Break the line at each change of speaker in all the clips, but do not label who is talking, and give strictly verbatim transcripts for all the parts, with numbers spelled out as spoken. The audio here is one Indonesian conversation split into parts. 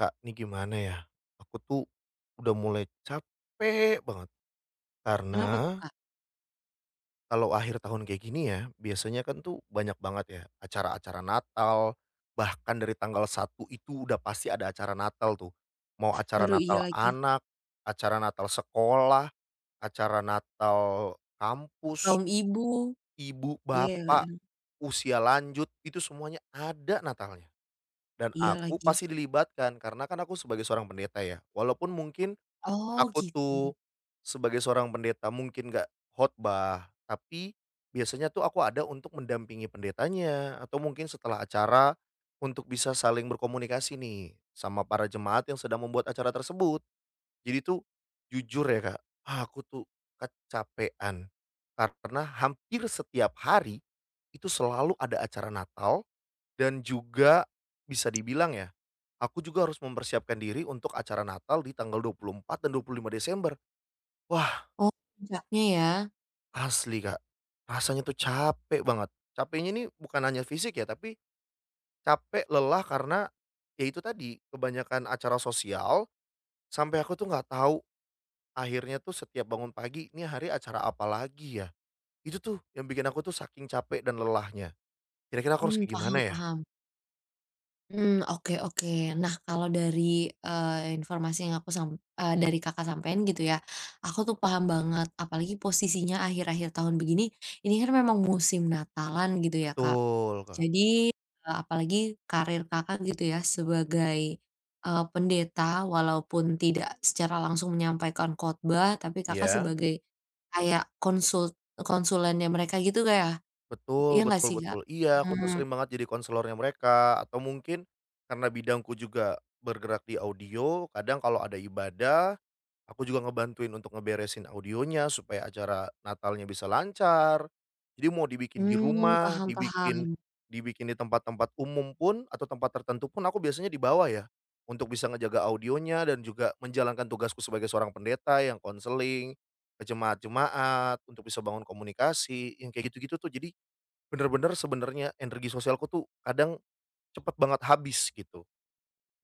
Kak, ini gimana ya, aku tuh udah mulai capek banget. Karena
Kenapa tuh, Kak?
kalau akhir tahun kayak gini ya, biasanya kan tuh banyak banget ya acara-acara Natal, bahkan dari tanggal satu itu udah pasti ada acara Natal tuh. Mau acara
Waduh, iya
Natal
lagi.
anak, acara Natal sekolah, acara Natal kampus,
Kaum ibu.
ibu,
Iya ya, Kak,
bapak,
ya?
usia lanjut, itu semuanya ada Natalnya. Dan
Iya
aku
lagi.
pasti dilibatkan karena kan aku sebagai seorang pendeta ya, walaupun mungkin
Oh,
aku
gitu.
tuh sebagai seorang pendeta mungkin nggak khotbah, tapi biasanya tuh aku ada untuk mendampingi pendetanya atau mungkin setelah acara untuk bisa saling berkomunikasi nih sama para jemaat yang sedang membuat acara tersebut. Jadi tuh jujur ya, Kak, ah, aku tuh kecapean karena hampir setiap hari itu selalu ada acara Natal dan juga bisa dibilang ya, aku juga harus mempersiapkan diri untuk acara Natal di tanggal dua puluh empat dan dua puluh lima Desember. Wah,
Oh, puncaknya ya?
asli Kak, rasanya tuh capek banget. Capeknya ini bukan hanya fisik ya, tapi capek, lelah karena, ya itu tadi, kebanyakan acara sosial, sampai aku tuh nggak tahu akhirnya tuh setiap bangun pagi, "Ini hari acara apa lagi ya?" Itu tuh yang bikin aku tuh saking capek dan lelahnya. Kira-kira aku harus
Mmm,
kayak
paham
gimana ya?
paham. Mmm, oke oke. Nah, kalau dari, eee, informasi yang aku sam eee, dari Kakak sampein gitu ya, aku tuh paham banget, apalagi posisinya akhir-akhir tahun begini, ini kan memang musim Natalan gitu ya, Kak.
Betul, Kak.
Jadi, eee, apalagi karir Kakak gitu ya sebagai, eee, pendeta, walaupun tidak secara langsung menyampaikan khotbah, tapi Kakak
Iya?
sebagai kayak konsul konsulennya mereka gitu, Kak, ya? Iya
Betul
nggak
betul
sih, Kak?
betul. Iya, aku tuh
Mmm,
sering banget jadi konselornya mereka, atau mungkin karena bidangku juga bergerak di audio, kadang kalau ada ibadah, aku juga ngebantuin untuk ngeberesin audionya supaya acara Natalnya bisa lancar. Jadi mau dibikin di
mmm,
rumah,
paham
dibikin
paham.
dibikin di tempat-tempat umum pun atau tempat tertentu pun aku biasanya di bawah ya, untuk bisa ngejaga audionya dan juga menjalankan tugasku sebagai seorang pendeta yang konseling, ke jemaat-jemaat, untuk bisa bangun komunikasi, yang kayak gitu-gitu tuh. Jadi bener-bener sebenarnya energi sosialku tuh kadang cepet banget habis gitu.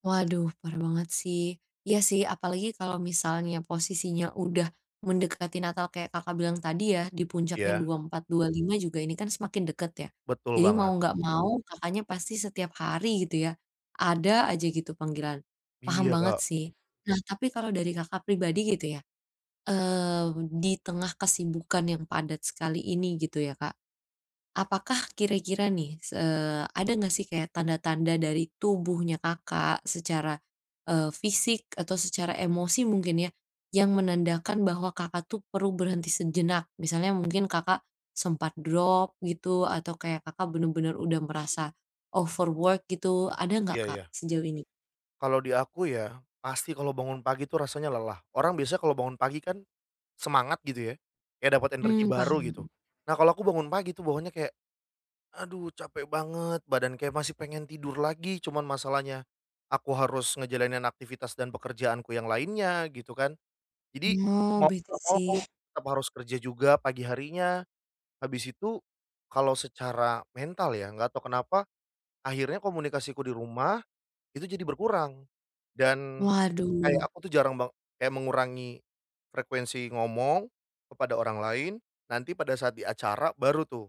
Waduh, parah banget sih. Iya sih, apalagi kalau misalnya posisinya udah mendekati Natal kayak Kakak bilang tadi ya, di puncaknya
Iya.
dua puluh empat, lima juga ini kan semakin deket ya.
Betul
Jadi mau
banget.
nggak Hmm. mau Mhm. Kakaknya pasti setiap hari gitu ya, ada aja gitu panggilan. Paham
Iya,
banget
Kak.
sih. Nah, tapi kalau dari Kakak pribadi gitu ya, eee, di tengah kesibukan yang padat sekali ini gitu ya, Kak, apakah kira-kira nih, se eee, ada nggak sih kayak tanda-tanda dari tubuhnya Kakak secara, eee, fisik atau secara emosi mungkin ya, yang menandakan bahwa Kakak tuh perlu berhenti sejenak? Misalnya mungkin Kakak sempat drop gitu atau kayak Kakak bener-bener udah merasa overwork gitu, ada nggak
Iya
Kak
iya.
sejauh ini?
Kalau di aku ya, pasti kalau bangun pagi tuh rasanya lelah. Orang biasanya kalau bangun pagi kan semangat gitu ya, kayak dapat energi
Mmm,
baru
paham.
gitu. Nah, kalau aku bangun pagi tuh bawaannya kayak, "Aduh capek banget," badan kayak masih pengen tidur lagi, cuman masalahnya aku harus ngejalanin aktivitas dan pekerjaanku yang lainnya gitu kan. Jadi
Oh,
mau
bete
nggak mau aku
sih.
tetap harus kerja juga pagi harinya. Habis itu, kalau secara mental ya, nggak tahu kenapa akhirnya komunikasiku di rumah itu jadi berkurang. Dan kayak
Waduh.
aku tuh jarang bang kayak mengurangi frekuensi ngomong kepada orang lain, nanti pada saat di acara baru tuh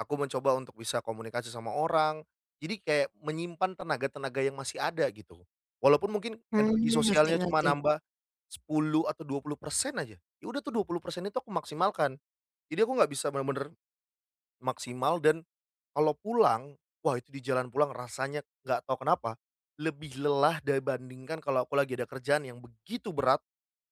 aku mencoba untuk bisa komunikasi sama orang. Jadi kayak menyimpan tenaga-tenaga yang masih ada gitu. Walaupun mungkin energi
Mmm, ngerti
sosialnya cuma
ngerti.
nambah sepuluh atau dua puluh persen aja, ya udah tuh dua puluh persen itu aku maksimalkan. Jadi aku nggak bisa bener-bener maksimal. Dan kalau pulang, wah itu di jalan pulang rasanya nggak tahu kenapa, lebih lelah dibandingkan kalau aku lagi ada kerjaan yang begitu berat,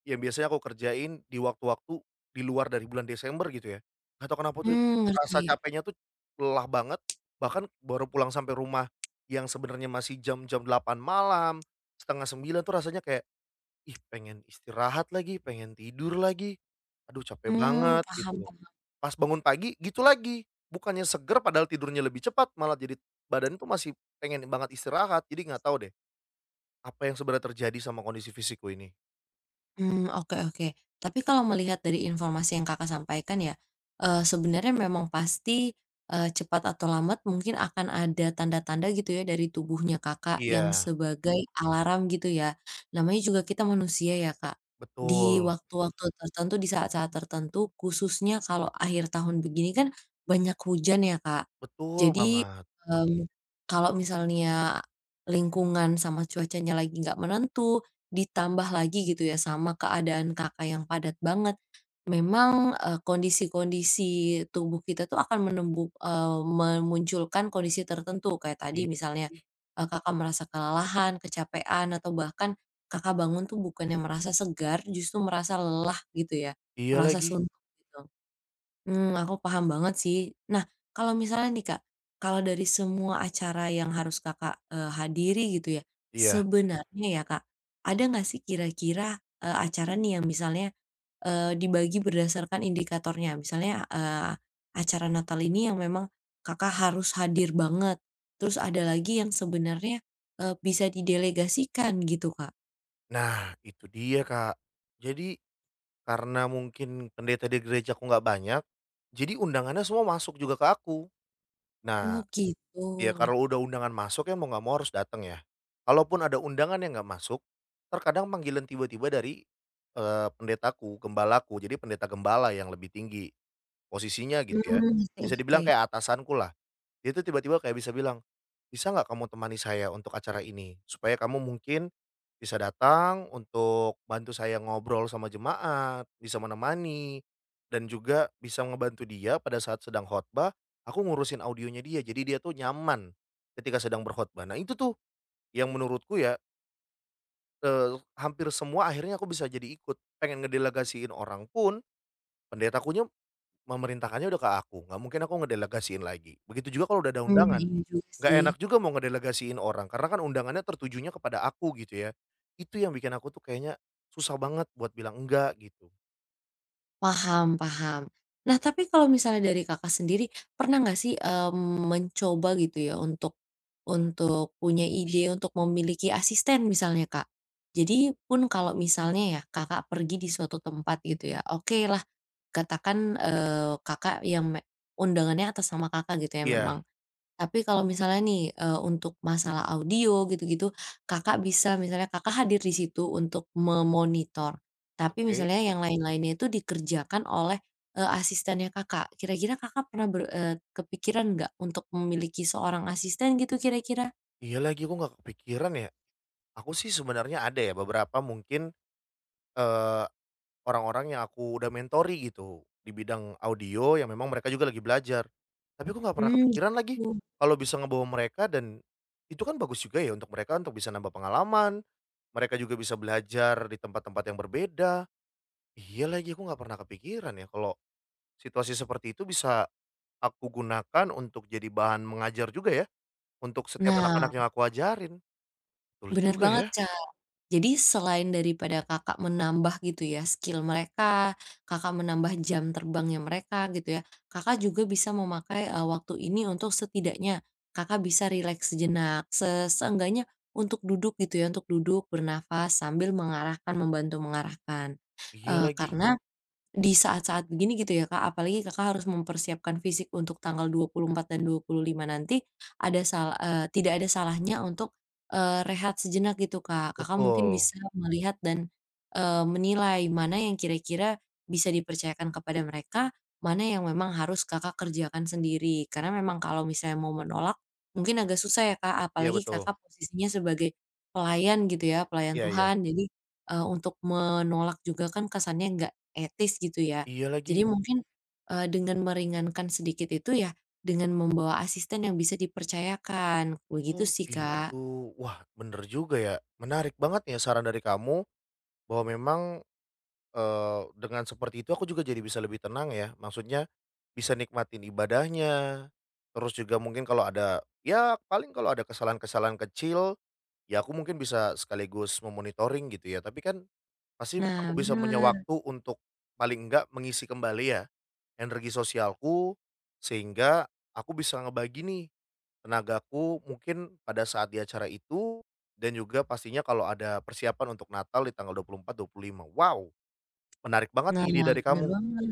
yang biasanya aku kerjain di waktu-waktu di luar dari bulan Desember gitu ya. Nggak tahu kenapa tuh
Mmm,
rasa
ngerti.
capeknya tuh lelah banget, bahkan baru pulang sampai rumah yang sebenarnya masih jam-jam delapan malam, setengah sembilan tuh rasanya kayak, "Ih pengen istirahat lagi, pengen tidur lagi, aduh capek Mmm.
Mmm,
banget,"
paham.
gitu. Pas bangun pagi, gitu lagi. Bukannya seger padahal tidurnya lebih cepat, malah jadi badan tuh masih pengen banget istirahat. Jadi nggak tahu deh, apa yang sebenarnya terjadi sama kondisi fisikku ini.
Mmm, oke oke. Tapi kalau melihat dari informasi yang Kakak sampaikan ya, eee, sebenarnya memang pasti, eee, cepat atau lambat mungkin akan ada tanda-tanda gitu ya dari tubuhnya Kakak yang
Iya,
sebagai Mhm. alarm gitu ya. Namanya juga kita manusia ya, Kak. Di
betul.
waktu-waktu tertentu, di saat-saat tertentu, khususnya kalau akhir tahun begini kan banyak hujan ya, Kak.
Betul
Jadi,
banget.
mmm, kalau misalnya lingkungan sama cuacanya lagi nggak menentu. Ditambah lagi gitu ya sama keadaan Kakak yang padat banget, memang, eee, kondisi-kondisi tubuh kita tuh akan menembu eee, memunculkan kondisi tertentu kayak
Iya
tadi misalnya,
ih,
eee, Kakak merasa kelelahan, kecapean, atau bahkan Kakak bangun tuh bukannya merasa segar, justru merasa lelah gitu ya,
iya
merasa
lagi.
suntuk gitu. Mmm, aku paham banget sih. Nah, kalau misalnya nih, Kak, kalau dari semua acara yang harus Kakak, eee, hadiri gitu ya, Mhm.
Iya.
sebenarnya ya, Kak, ada nggak sih kira-kira, eee, acara nih yang misalnya, eee, dibagi berdasarkan indikatornya? Misalnya, eee, acara Natal ini yang memang Kakak harus hadir banget, terus ada lagi yang sebenarnya, eee, bisa didelegasikan gitu, Kak.
Nah, itu dia, Kak. Jadi karena mungkin pendeta di gerejaku nggak banyak, jadi undangannya semua masuk juga ke aku.
Oh
Nah,
gitu.
iya, kalau udah undangan masuk ya mau nggak mau harus datang ya. Kalaupun ada undangan yang nggak masuk, terkadang panggilan tiba-tiba dari, eee, pendetaku, gembalaku, jadi pendeta gembala yang lebih tinggi posisinya gitu ya,
Mmm, ngerti
bisa
ngerti.
dibilang kayak atasanku lah. Dia tuh tiba-tiba kayak bisa bilang, "Bisa nggak kamu temani saya untuk acara ini? Supaya kamu mungkin bisa datang untuk bantu saya ngobrol sama jemaat, bisa menemani, dan juga bisa ngebantu dia pada saat sedang khotbah, aku ngurusin audionya dia, jadi dia tuh nyaman ketika sedang berkhotbah." Nah itu tuh yang menurutku ya, eee, hampir semua akhirnya aku bisa jadi ikut, pengen ngedelegasiin orang pun pendetakunya memerintahkannya udah ke aku, nggak mungkin aku ngedelegasiin lagi, begitu juga kalau udah ada
Mmm,
undangan.
iya juga
Nggak
sih.
enak juga mau ngedelegasiin orang, karena kan undangannya tertujunya kepada aku gitu ya. Itu yang bikin aku tuh kayaknya susah banget buat bilang enggak gitu.
Paham paham. Nah, tapi kalau misalnya dari Kakak sendiri, pernah nggak sih, mmm, mencoba gitu ya untuk untuk punya ide untuk memiliki asisten misalnya, Kak? Jadi pun kalau misalnya ya Kakak pergi di suatu tempat gitu ya, oke lah katakan, eee, Kakak yang me undangannya atas nama Kakak gitu ya
Iya,
memang. Tapi kalau misalnya nih, eee, untuk masalah audio gitu-gitu, Kakak bisa misalnya Kakak hadir di situ untuk memonitor, tapi
oke.
misalnya yang lain-lainnya itu dikerjakan oleh, eee, asistennya Kakak. Kira-kira Kakak pernah ber eee, kepikiran nggak untuk memiliki seorang asisten gitu kira-kira?
Iya lagi aku nggak kepikiran ya. Aku sih sebenarnya ada ya beberapa mungkin, eee, orang-orang yang aku udah mentori gitu di bidang audio yang memang mereka juga lagi belajar. Tapi aku nggak pernah
Hmm.
kepikiran lagi
Gitu.
kalau bisa ngebawa mereka dan itu kan bagus juga ya untuk mereka untuk bisa nambah pengalaman, mereka juga bisa belajar di tempat-tempat yang berbeda. Iya lagi, aku nggak pernah kepikiran ya kalau situasi seperti itu bisa aku gunakan untuk jadi bahan mengajar juga ya, untuk setiap anak-anak
Nah,
yang aku ajarin. Betul
bener
juga
banget,
ya,
Kak. Jadi selain daripada Kakak menambah gitu ya skill mereka, Kakak menambah jam terbangnya mereka gitu ya, Kakak juga bisa memakai, eee, waktu ini untuk setidaknya Kakak bisa rileks sejenak, se seenggaknya untuk duduk gitu ya, untuk duduk, bernafas, sambil mengarahkan, membantu mengarahkan.
iya
Eee,
lagi,
karena di saat-saat begini gitu ya Kak, apalagi Kakak harus mempersiapkan fisik untuk tanggal dua puluh empat dan dua puluh lima nanti, ada sal eee, tidak ada salahnya untuk, eee, rehat sejenak gitu Kak. Kakak mungkin
betul.
bisa melihat dan, eee, menilai mana yang kira-kira bisa dipercayakan kepada mereka, mana yang memang harus Kakak kerjakan sendiri. Karena memang kalau misalnya mau menolak, mungkin agak susah ya Kak,
Iya
apalagi
betul,
Kakak posisinya sebagai pelayan gitu ya, pelayan
iya iya.
Tuhan. Jadi, eee, untuk menolak juga kan kesannya nggak etis gitu ya.
Iya
Jadi
lagi,
mungkin, eee, dengan meringankan sedikit itu ya, dengan membawa asisten yang bisa dipercayakan, begitu
oh
sih, Kak.
gitu. Wah bener juga ya, menarik banget ya saran dari kamu bahwa memang, eee, dengan seperti itu aku juga jadi bisa lebih tenang ya, maksudnya bisa nikmatin ibadahnya, terus juga mungkin kalau ada ya paling kalau ada kesalahan-kesalahan kecil, ya aku mungkin bisa sekaligus memonitoring gitu ya, tapi kan pasti aku
Nah
bisa punya
benar
waktu untuk paling enggak mengisi kembali ya energi sosialku, sehingga aku bisa ngebagi nih tenagaku mungkin pada saat di acara itu dan juga pastinya kalau ada persiapan untuk Natal di tanggal dua puluh empat, dua puluh lima. Wow, menarik banget
nah
nih ide dari
benar
kamu.
banget.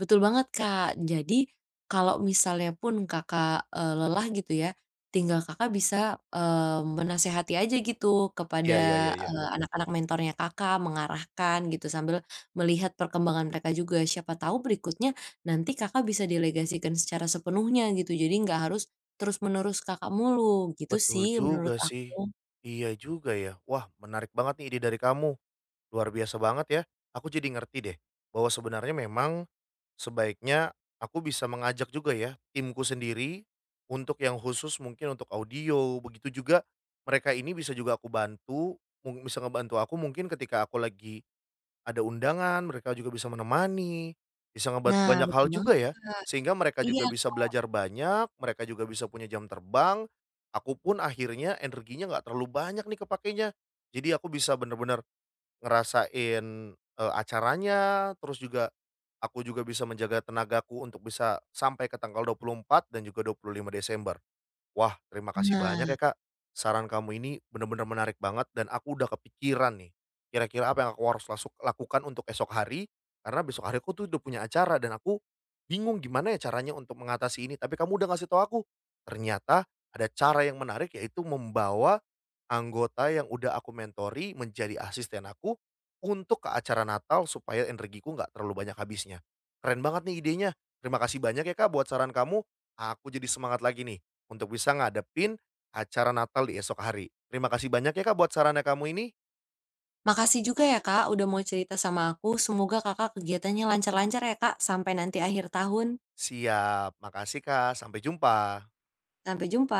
Betul banget, Kak. Jadi, kalau misalnya pun Kakak, eee, lelah gitu ya, tinggal Kakak bisa, eee, menasehati aja gitu
Iya iya
kepada,
iya iya.
eee, anak-anak mentornya Kakak, mengarahkan gitu sambil melihat perkembangan mereka juga. Siapa tahu berikutnya nanti Kakak bisa delegasikan secara sepenuhnya gitu, jadi nggak harus terus-menerus Kakak mulu, gitu
Betul
sih menurut
juga sih.
aku.
Iya juga ya. Wah, menarik banget nih ide dari kamu. Luar biasa banget ya, aku jadi ngerti deh, bahwa sebenarnya memang sebaiknya aku bisa mengajak juga ya timku sendiri, untuk yang khusus mungkin untuk audio, begitu juga mereka ini bisa juga aku bantu, mung bisa ngebantu aku mungkin ketika aku lagi ada undangan, mereka juga bisa menemani, bisa ngebantu
Nah,
banyak
betul
hal juga
banget
ya, sehingga mereka juga
iya,
bisa belajar banyak, mereka juga bisa punya jam terbang, aku pun akhirnya energinya nggak terlalu banyak nih kepakainya. Jadi aku bisa bener-bener ngerasain, eee, acaranya, terus juga aku juga bisa menjaga tenagaku untuk bisa sampai ke tanggal dua puluh empat dan juga dua puluh lima Desember. Wah, terima kasih banyak
nah
ya, Kak. Saran kamu ini benar-benar menarik banget dan aku udah kepikiran nih, kira-kira apa yang aku harus langsung lakukan untuk esok hari, karena besok hari aku tuh udah punya acara dan aku bingung gimana ya caranya untuk mengatasi ini, tapi kamu udah ngasih tahu aku, ternyata ada cara yang menarik yaitu membawa anggota yang udah aku mentori menjadi asisten aku untuk ke acara Natal supaya energiku nggak terlalu banyak habisnya. Keren banget nih idenya. Terima kasih banyak ya, Kak, buat saran kamu. Aku jadi semangat lagi nih untuk bisa ngadepin acara Natal di esok hari. Terima kasih banyak ya Kak buat sarannya kamu ini.
makasih juga ya Kak, udah mau cerita sama aku. Semoga Kakak kegiatannya lancar-lancar ya Kak, sampai nanti akhir tahun.
Siap, makasih Kak, sampai jumpa.
Sampai jumpa.